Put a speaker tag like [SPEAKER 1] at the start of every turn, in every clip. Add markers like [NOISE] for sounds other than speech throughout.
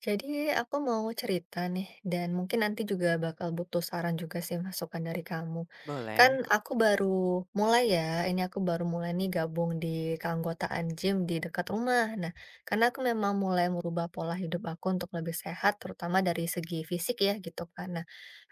[SPEAKER 1] Jadi aku mau cerita nih dan mungkin nanti juga bakal butuh saran juga sih masukan dari kamu.
[SPEAKER 2] Boleh.
[SPEAKER 1] Kan aku baru mulai nih gabung di keanggotaan gym di dekat rumah. Nah, karena aku memang mulai merubah pola hidup aku untuk lebih sehat, terutama dari segi fisik ya gitu kan. Nah,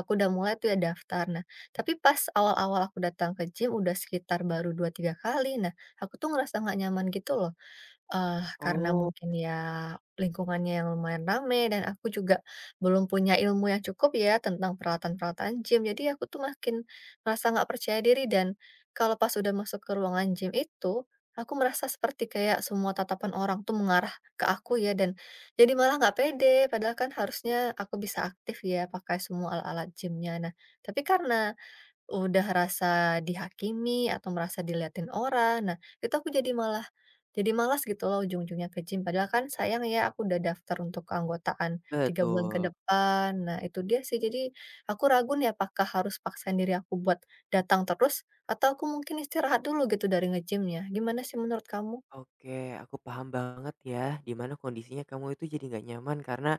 [SPEAKER 1] aku udah mulai tuh ya daftar. Nah, tapi pas awal-awal aku datang ke gym udah sekitar baru 2-3 kali. Nah, aku tuh ngerasa nggak nyaman gitu loh. Karena
[SPEAKER 2] Oh,
[SPEAKER 1] mungkin ya lingkungannya yang lumayan rame dan aku juga belum punya ilmu yang cukup ya tentang peralatan-peralatan gym, jadi aku tuh makin merasa nggak percaya diri dan kalau pas udah masuk ke ruangan gym itu, aku merasa seperti kayak semua tatapan orang tuh mengarah ke aku ya dan jadi malah nggak pede, padahal kan harusnya aku bisa aktif ya pakai semua alat-alat gymnya. Nah, tapi karena udah rasa dihakimi atau merasa diliatin orang. Nah, itu aku jadi malah jadi malas gitu loh ujung-ujungnya ke gym, padahal kan sayang ya aku udah daftar untuk keanggotaan 3 bulan ke
[SPEAKER 2] betul.
[SPEAKER 1] depan. Nah, itu dia sih, jadi aku ragu nih apakah harus paksain diri aku buat datang terus atau aku mungkin istirahat dulu gitu dari nge gym. Gimana sih menurut kamu?
[SPEAKER 2] Oke, aku paham banget ya, di mana kondisinya kamu itu jadi nggak nyaman karena,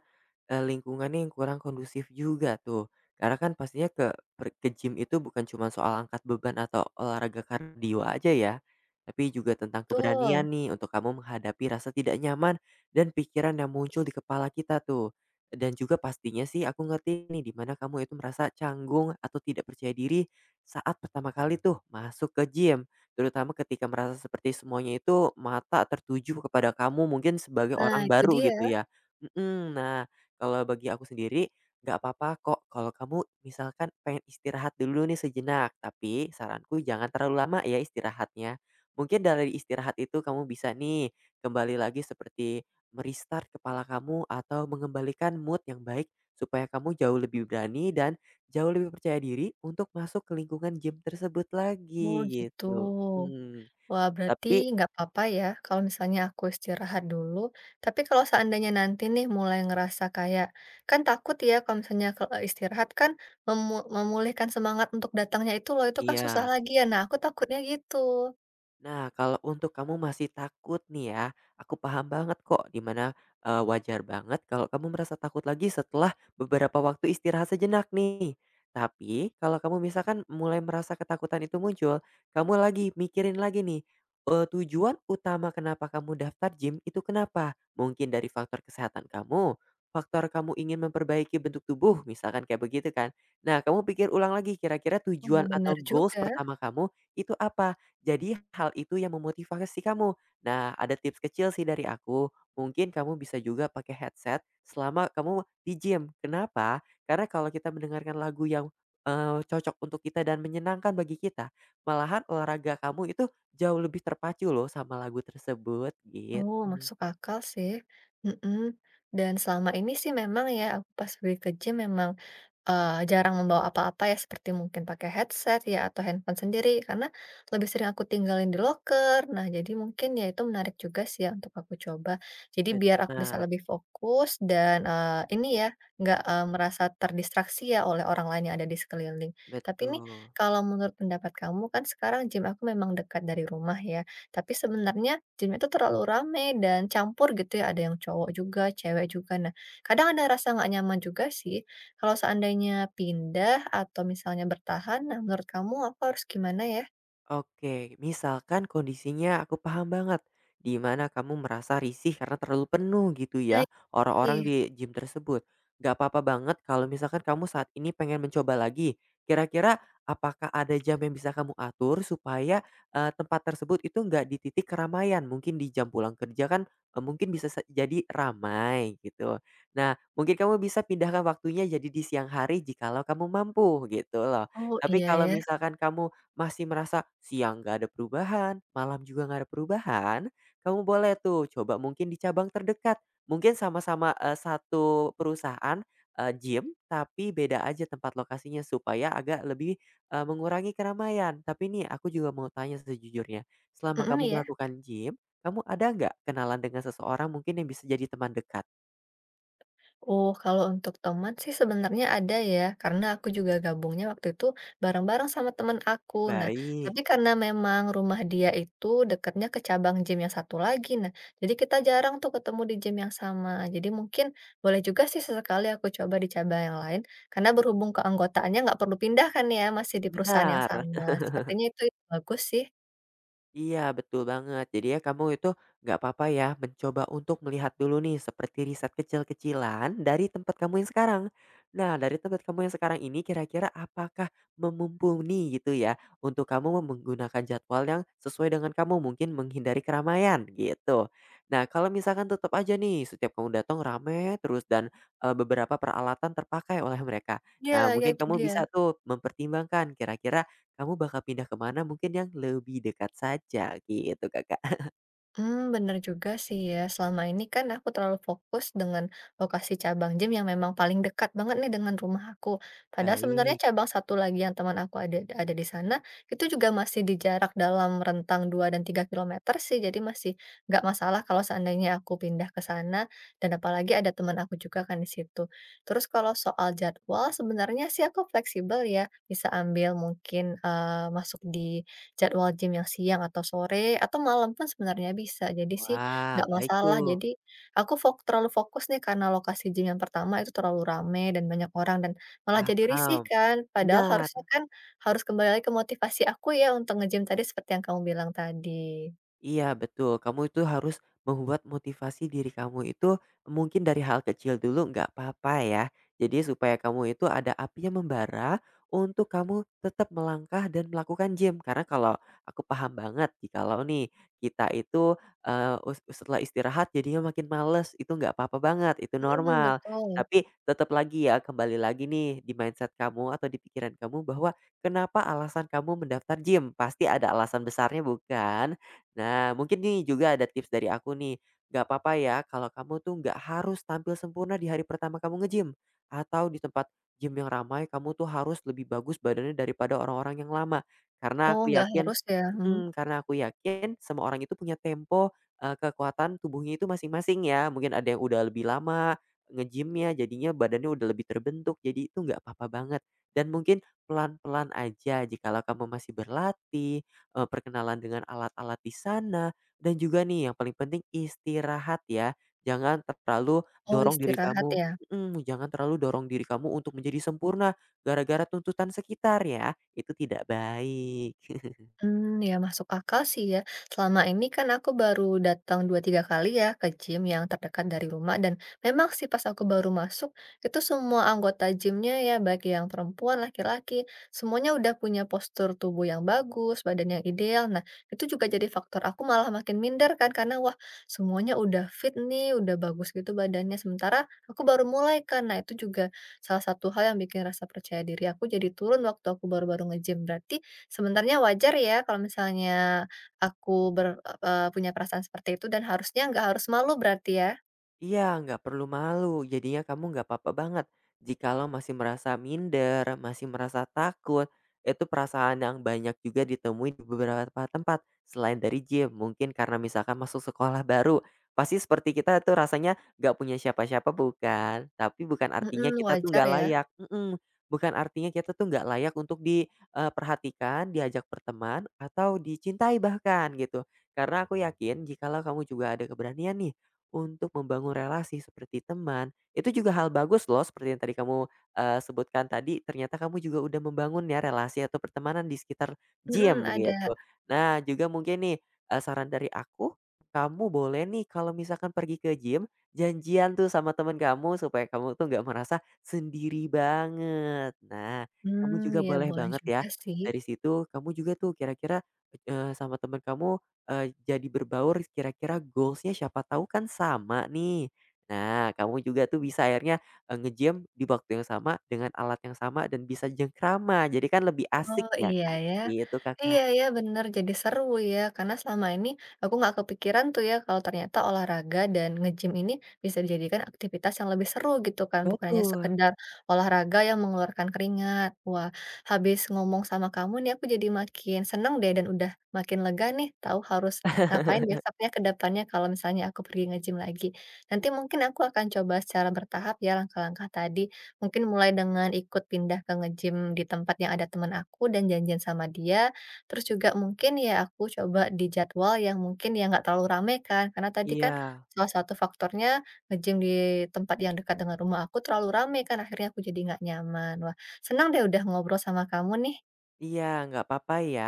[SPEAKER 2] lingkungannya yang kurang kondusif juga tuh. Karena kan pastinya ke gym itu bukan cuma soal angkat beban atau olahraga kardio aja ya, tapi juga tentang keberanian
[SPEAKER 1] Betul.
[SPEAKER 2] nih untuk kamu menghadapi rasa tidak nyaman dan pikiran yang muncul di kepala kita tuh. Dan juga pastinya sih aku ngerti nih di mana kamu itu merasa canggung atau tidak percaya diri saat pertama kali tuh masuk ke gym. Terutama ketika merasa seperti semuanya itu mata tertuju kepada kamu mungkin sebagai
[SPEAKER 1] Nah,
[SPEAKER 2] orang
[SPEAKER 1] itu
[SPEAKER 2] baru
[SPEAKER 1] dia.
[SPEAKER 2] gitu ya. Mhm, nah kalau bagi aku sendiri nggak apa-apa kok kalau kamu misalkan pengen istirahat dulu nih sejenak, tapi saranku jangan terlalu lama ya istirahatnya. Mungkin dari istirahat itu kamu bisa nih kembali lagi seperti merestart kepala kamu atau mengembalikan mood yang baik supaya kamu jauh lebih berani dan jauh lebih percaya diri untuk masuk ke lingkungan gym tersebut lagi
[SPEAKER 1] Oh, gitu.
[SPEAKER 2] gitu. Mmm,
[SPEAKER 1] Wah, berarti
[SPEAKER 2] tapi
[SPEAKER 1] nggak apa-apa ya kalau misalnya aku istirahat dulu. Tapi kalau seandainya nanti nih mulai ngerasa kayak, kan takut ya kalau misalnya istirahat kan memulihkan semangat untuk datangnya itu loh, itu kan susah
[SPEAKER 2] iya.
[SPEAKER 1] lagi ya. Nah, aku takutnya gitu.
[SPEAKER 2] Nah, kalau untuk kamu masih takut nih ya, aku paham banget kok dimana mana, wajar banget kalau kamu merasa takut lagi setelah beberapa waktu istirahat sejenak nih. Tapi kalau kamu misalkan mulai merasa ketakutan itu muncul, kamu lagi mikirin lagi nih, tujuan utama kenapa kamu daftar gym itu kenapa? Mungkin dari faktor kesehatan kamu, faktor kamu ingin memperbaiki bentuk tubuh, misalkan kayak begitu kan. Nah, kamu pikir ulang lagi kira-kira
[SPEAKER 1] Oh,
[SPEAKER 2] tujuan
[SPEAKER 1] bener
[SPEAKER 2] atau goals
[SPEAKER 1] juga.
[SPEAKER 2] pertama kamu itu apa? Jadi hal itu yang memotivasi kamu. Nah, ada tips kecil sih dari aku, mungkin kamu bisa juga pakai headset selama kamu di gym. Kenapa? Karena kalau kita mendengarkan lagu yang, cocok untuk kita dan menyenangkan bagi kita, malahan olahraga kamu itu jauh lebih terpacu loh sama lagu tersebut,
[SPEAKER 1] Oh,
[SPEAKER 2] gitu.
[SPEAKER 1] masuk akal sih. Mm-mm. Dan selama ini sih memang ya, aku pas pergi ke gym memang jarang membawa apa-apa ya, seperti mungkin pakai headset ya atau handphone sendiri, karena lebih sering aku tinggalin di locker. Nah, jadi mungkin ya itu menarik juga sih ya untuk aku coba. Jadi biar aku bisa
[SPEAKER 2] Benar,
[SPEAKER 1] lebih fokus dan, ini ya, nggak, merasa terdistraksi ya oleh orang lain yang ada di sekeliling. Tapi nih,
[SPEAKER 2] betul.
[SPEAKER 1] kalau menurut pendapat kamu, kan sekarang gym aku memang dekat dari rumah ya, tapi sebenarnya gym itu terlalu rame dan campur gitu ya, ada yang cowok juga, cewek juga. Nah, kadang ada rasa nggak nyaman juga sih. Kalau seandainya pindah atau misalnya bertahan, nah menurut kamu aku harus gimana ya?
[SPEAKER 2] Oke, misalkan kondisinya aku paham banget, di mana kamu merasa risih karena terlalu penuh gitu
[SPEAKER 1] Nah,
[SPEAKER 2] ya, orang-orang
[SPEAKER 1] ini.
[SPEAKER 2] di gym tersebut. Gak apa-apa banget kalau misalkan kamu saat ini pengen mencoba lagi. Kira-kira apakah ada jam yang bisa kamu atur supaya tempat tersebut itu nggak di titik keramaian? Mungkin di jam pulang kerja kan mungkin jadi ramai gitu. Nah, mungkin kamu bisa pindahkan waktunya jadi di siang hari jikalau kamu mampu gitu loh.
[SPEAKER 1] Oh,
[SPEAKER 2] Tapi
[SPEAKER 1] iya
[SPEAKER 2] kalau
[SPEAKER 1] ya.
[SPEAKER 2] misalkan kamu masih merasa siang nggak ada perubahan, malam juga nggak ada perubahan, kamu boleh tuh coba mungkin di cabang terdekat. Mungkin sama-sama, satu perusahaan, gym, tapi beda aja tempat lokasinya supaya agak lebih, mengurangi keramaian. Tapi nih aku juga mau tanya sejujurnya, selama
[SPEAKER 1] Mhm,
[SPEAKER 2] kamu
[SPEAKER 1] iya.
[SPEAKER 2] melakukan gym, kamu ada nggak kenalan dengan seseorang mungkin yang bisa jadi teman dekat?
[SPEAKER 1] Oh, kalau untuk teman sih sebenarnya ada ya, karena aku juga gabungnya waktu itu bareng-bareng sama teman aku. Nah,
[SPEAKER 2] Baik,
[SPEAKER 1] tapi karena memang rumah dia itu dekatnya ke cabang gym yang satu lagi. Nah, jadi kita jarang tuh ketemu di gym yang sama. Jadi mungkin boleh juga sih sesekali aku coba di cabang yang lain, karena berhubung keanggotaannya nggak perlu pindah kan ya, masih di perusahaan yang
[SPEAKER 2] benar.
[SPEAKER 1] sama. Sepertinya itu bagus sih.
[SPEAKER 2] Iya, betul banget. Jadi ya kamu itu nggak apa-apa ya mencoba untuk melihat dulu nih seperti riset kecil-kecilan dari tempat kamu yang sekarang. Nah, dari tempat kamu yang sekarang ini kira-kira apakah memumpuni gitu ya untuk kamu menggunakan jadwal yang sesuai dengan kamu mungkin menghindari keramaian gitu. Nah, kalau misalkan tetap aja nih setiap kamu datang rame terus dan beberapa peralatan terpakai oleh mereka.
[SPEAKER 1] Iya,
[SPEAKER 2] Nah,
[SPEAKER 1] ya
[SPEAKER 2] mungkin
[SPEAKER 1] itu
[SPEAKER 2] kamu
[SPEAKER 1] dia.
[SPEAKER 2] bisa tuh mempertimbangkan kira-kira kamu bakal pindah kemana mungkin yang lebih dekat saja gitu, Kakak. [LAUGHS]
[SPEAKER 1] Bener juga sih ya, selama ini kan aku terlalu fokus dengan lokasi cabang gym yang memang paling dekat banget nih dengan rumah aku. Padahal sebenarnya
[SPEAKER 2] Baik,
[SPEAKER 1] cabang satu lagi yang teman aku ada di sana, itu juga masih di jarak dalam rentang 2 dan 3 kilometer sih, jadi masih nggak masalah kalau seandainya aku pindah ke sana, dan apalagi ada teman aku juga kan di situ. Terus kalau soal jadwal, sebenarnya sih aku fleksibel ya, bisa ambil mungkin, masuk di jadwal gym yang siang atau sore atau malam pun sebenarnya bisa. Jadi sih
[SPEAKER 2] wah
[SPEAKER 1] nggak
[SPEAKER 2] baik
[SPEAKER 1] masalah.
[SPEAKER 2] tuh,
[SPEAKER 1] Jadi aku terlalu fokus nih karena lokasi gym yang pertama itu terlalu rame dan banyak orang dan malah jadi risih
[SPEAKER 2] paham,
[SPEAKER 1] kan. Padahal
[SPEAKER 2] benar.
[SPEAKER 1] harusnya kan harus kembali lagi ke motivasi aku ya untuk nge-gym tadi seperti yang kamu bilang tadi.
[SPEAKER 2] Iya betul, kamu itu harus membuat motivasi diri kamu itu mungkin dari hal kecil dulu nggak apa-apa ya. Jadi supaya kamu itu ada apinya membara untuk kamu tetap melangkah dan melakukan gym. Karena kalau aku paham banget jikalau nih kita itu setelah istirahat jadinya makin males itu nggak apa-apa banget, itu
[SPEAKER 1] Mhm,
[SPEAKER 2] normal.
[SPEAKER 1] betul.
[SPEAKER 2] Tapi tetap lagi ya kembali lagi nih di mindset kamu atau di pikiran kamu bahwa kenapa alasan kamu mendaftar gym? Pasti ada alasan besarnya bukan? Nah, mungkin nih juga ada tips dari aku nih. Gak apa-apa ya kalau kamu tuh gak harus tampil sempurna di hari pertama kamu nge-gym. Atau di tempat gym yang ramai, kamu tuh harus lebih bagus badannya daripada orang-orang yang lama. Karena
[SPEAKER 1] Oh,
[SPEAKER 2] aku
[SPEAKER 1] nggak
[SPEAKER 2] yakin
[SPEAKER 1] harus ya? Mhm.
[SPEAKER 2] mhm, karena aku yakin semua orang itu punya tempo, kekuatan tubuhnya itu masing-masing ya. Mungkin ada yang udah lebih lama nge gym jadinya badannya udah lebih terbentuk. Jadi itu gak apa-apa banget. Dan mungkin pelan-pelan aja jikalau kamu masih berlatih, perkenalan dengan alat-alat di sana, dan juga nih yang paling penting istirahat ya. Jangan terlalu
[SPEAKER 1] Oh,
[SPEAKER 2] dorong diri
[SPEAKER 1] istirahat
[SPEAKER 2] kamu
[SPEAKER 1] ya?
[SPEAKER 2] mhm, jangan terlalu dorong diri kamu untuk menjadi sempurna gara-gara tuntutan sekitar ya, itu tidak baik.
[SPEAKER 1] Hmm, ya masuk akal sih ya. Selama ini kan aku baru datang 2-3 kali ya ke gym yang terdekat dari rumah dan memang sih pas aku baru masuk, itu semua anggota gymnya ya baik yang perempuan, laki-laki, semuanya udah punya postur tubuh yang bagus, badan yang ideal. Nah, itu juga jadi faktor aku malah makin minder kan karena, wah, semuanya udah fit nih, udah bagus gitu badannya, sementara aku baru mulai kan. Nah, itu juga salah satu hal yang bikin rasa percaya diri aku jadi turun waktu aku baru-baru nge-gym. Berarti, sebenarnya wajar ya kalau misalnya aku ber punya perasaan seperti itu dan harusnya nggak harus malu berarti ya?
[SPEAKER 2] Iya, nggak perlu malu. Jadinya kamu nggak apa-apa banget. Jikalau masih merasa minder, masih merasa takut, itu perasaan yang banyak juga ditemui di beberapa tempat selain dari gym. Mungkin karena misalkan masuk sekolah baru, pasti seperti kita tuh rasanya nggak punya siapa-siapa bukan. Tapi bukan artinya
[SPEAKER 1] Mhm,
[SPEAKER 2] kita tuh
[SPEAKER 1] wajar
[SPEAKER 2] nggak
[SPEAKER 1] ya?
[SPEAKER 2] layak. Mm-mm. Bukan artinya kita tuh nggak layak untuk diperhatikan, diajak berteman, atau dicintai bahkan gitu. Karena aku yakin jikalau kamu juga ada keberanian nih untuk membangun relasi seperti teman, itu juga hal bagus loh seperti yang tadi kamu, sebutkan tadi ternyata kamu juga udah membangun ya relasi atau pertemanan di sekitar
[SPEAKER 1] Mhm,
[SPEAKER 2] gym
[SPEAKER 1] ada.
[SPEAKER 2] gitu. Nah juga mungkin nih, saran dari aku, kamu boleh nih kalau misalkan pergi ke gym, janjian tuh sama teman kamu supaya kamu tuh nggak merasa sendiri banget. Nah, kamu
[SPEAKER 1] Mmm,
[SPEAKER 2] juga
[SPEAKER 1] iya
[SPEAKER 2] boleh
[SPEAKER 1] boleh
[SPEAKER 2] banget ya,
[SPEAKER 1] juga sih.
[SPEAKER 2] dari situ kamu juga tuh kira-kira, sama teman kamu jadi berbaur kira-kira goalsnya siapa tahu kan sama nih. Nah, kamu juga tuh bisa akhirnya, nge-gym di waktu yang sama, dengan alat yang sama, dan bisa jengkrama, jadi kan lebih asik
[SPEAKER 1] Oh,
[SPEAKER 2] ya,
[SPEAKER 1] iya
[SPEAKER 2] kan?
[SPEAKER 1] ya.
[SPEAKER 2] Itu
[SPEAKER 1] Iya
[SPEAKER 2] Kakak.
[SPEAKER 1] ya, bener, jadi seru ya, karena selama ini aku nggak kepikiran tuh ya kalau ternyata olahraga dan nge-gym ini bisa dijadikan aktivitas yang lebih seru gitu kan, bukan hanya
[SPEAKER 2] Betul.
[SPEAKER 1] sekedar olahraga yang mengeluarkan keringat. Wah, habis ngomong sama kamu nih aku jadi makin seneng deh dan udah makin lega nih tahu harus ngapain
[SPEAKER 2] [LAUGHS]
[SPEAKER 1] besoknya ke depannya kalau misalnya aku pergi nge-gym lagi. Nanti mungkin aku akan coba secara bertahap ya langkah-langkah tadi. Mungkin mulai dengan ikut pindah ke nge-gym di tempat yang ada teman aku dan janjian sama dia, terus juga mungkin ya aku coba di jadwal yang mungkin ya nggak terlalu rame kan, karena tadi kan
[SPEAKER 2] Iya.
[SPEAKER 1] salah satu faktornya nge-gym di tempat yang dekat dengan rumah aku terlalu rame kan akhirnya aku jadi nggak nyaman. Wah, senang deh udah ngobrol sama kamu nih.
[SPEAKER 2] Iya, nggak apa-apa ya.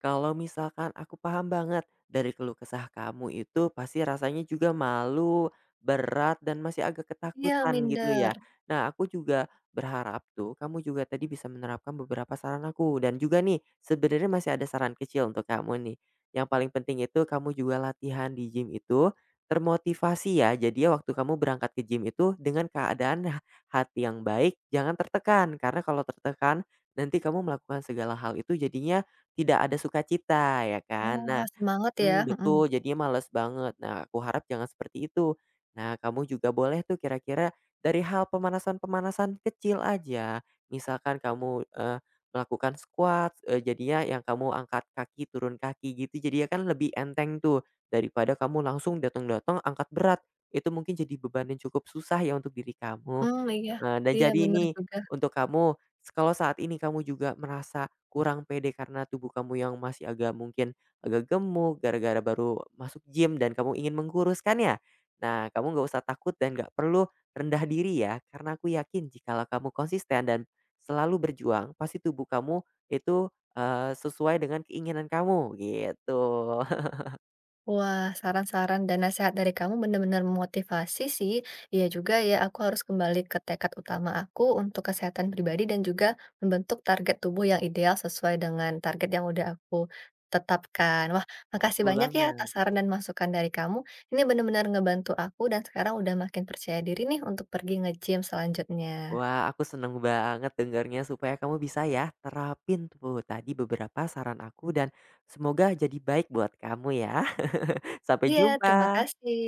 [SPEAKER 2] Kalau misalkan aku paham banget dari keluh kesah kamu itu pasti rasanya juga malu, berat, dan masih agak
[SPEAKER 1] Iya,
[SPEAKER 2] ketakutan gitu
[SPEAKER 1] minder.
[SPEAKER 2] ya. Nah, aku juga berharap tuh kamu juga tadi bisa menerapkan beberapa saran aku. Dan juga nih, sebenarnya masih ada saran kecil untuk kamu nih. Yang paling penting itu kamu juga latihan di gym itu termotivasi ya. Jadi ya waktu kamu berangkat ke gym itu dengan keadaan [LAUGHS] hati yang baik, jangan tertekan. Karena kalau tertekan nanti kamu melakukan segala hal itu jadinya tidak ada sukacita ya kan. Nah
[SPEAKER 1] Wah, semangat ya,
[SPEAKER 2] Mmm,
[SPEAKER 1] mhm.
[SPEAKER 2] betul, jadinya males banget. Nah, aku harap jangan seperti itu. Nah, kamu juga boleh tuh kira-kira dari hal pemanasan-pemanasan kecil aja. Misalkan kamu, melakukan squat, jadinya yang kamu angkat kaki, turun kaki gitu, jadinya kan lebih enteng tuh, daripada kamu langsung datang-datang angkat berat. Itu mungkin jadi beban yang cukup susah ya untuk diri kamu.
[SPEAKER 1] Mmm, iya.
[SPEAKER 2] Heeh, dan
[SPEAKER 1] Iya,
[SPEAKER 2] jadi
[SPEAKER 1] bener
[SPEAKER 2] ini
[SPEAKER 1] juga.
[SPEAKER 2] untuk kamu, kalau saat ini kamu juga merasa kurang pede karena tubuh kamu yang masih agak mungkin agak gemuk gara-gara baru masuk gym dan kamu ingin mengkuruskannya. Nah, kamu nggak usah takut dan nggak perlu rendah diri ya, karena aku yakin jikalau kamu konsisten dan selalu berjuang, pasti tubuh kamu itu, sesuai dengan keinginan kamu, gitu. [LAUGHS]
[SPEAKER 1] Wah, saran-saran dan nasihat dari kamu benar-benar memotivasi sih. Iya juga ya, aku harus kembali ke tekad utama aku untuk kesehatan pribadi dan juga membentuk target tubuh yang ideal sesuai dengan target yang udah aku tetapkan. Wah, makasih
[SPEAKER 2] Betul
[SPEAKER 1] banyak ya atas
[SPEAKER 2] banget.
[SPEAKER 1] saran dan masukan dari kamu. Ini benar-benar ngebantu aku dan sekarang udah makin percaya diri nih untuk pergi nge-gym selanjutnya.
[SPEAKER 2] Wah, aku seneng banget dengarnya supaya kamu bisa ya terapin tuh tadi beberapa saran aku dan semoga jadi baik buat kamu ya. [LAUGHS] Sampai
[SPEAKER 1] Iya,
[SPEAKER 2] jumpa.
[SPEAKER 1] terima kasih.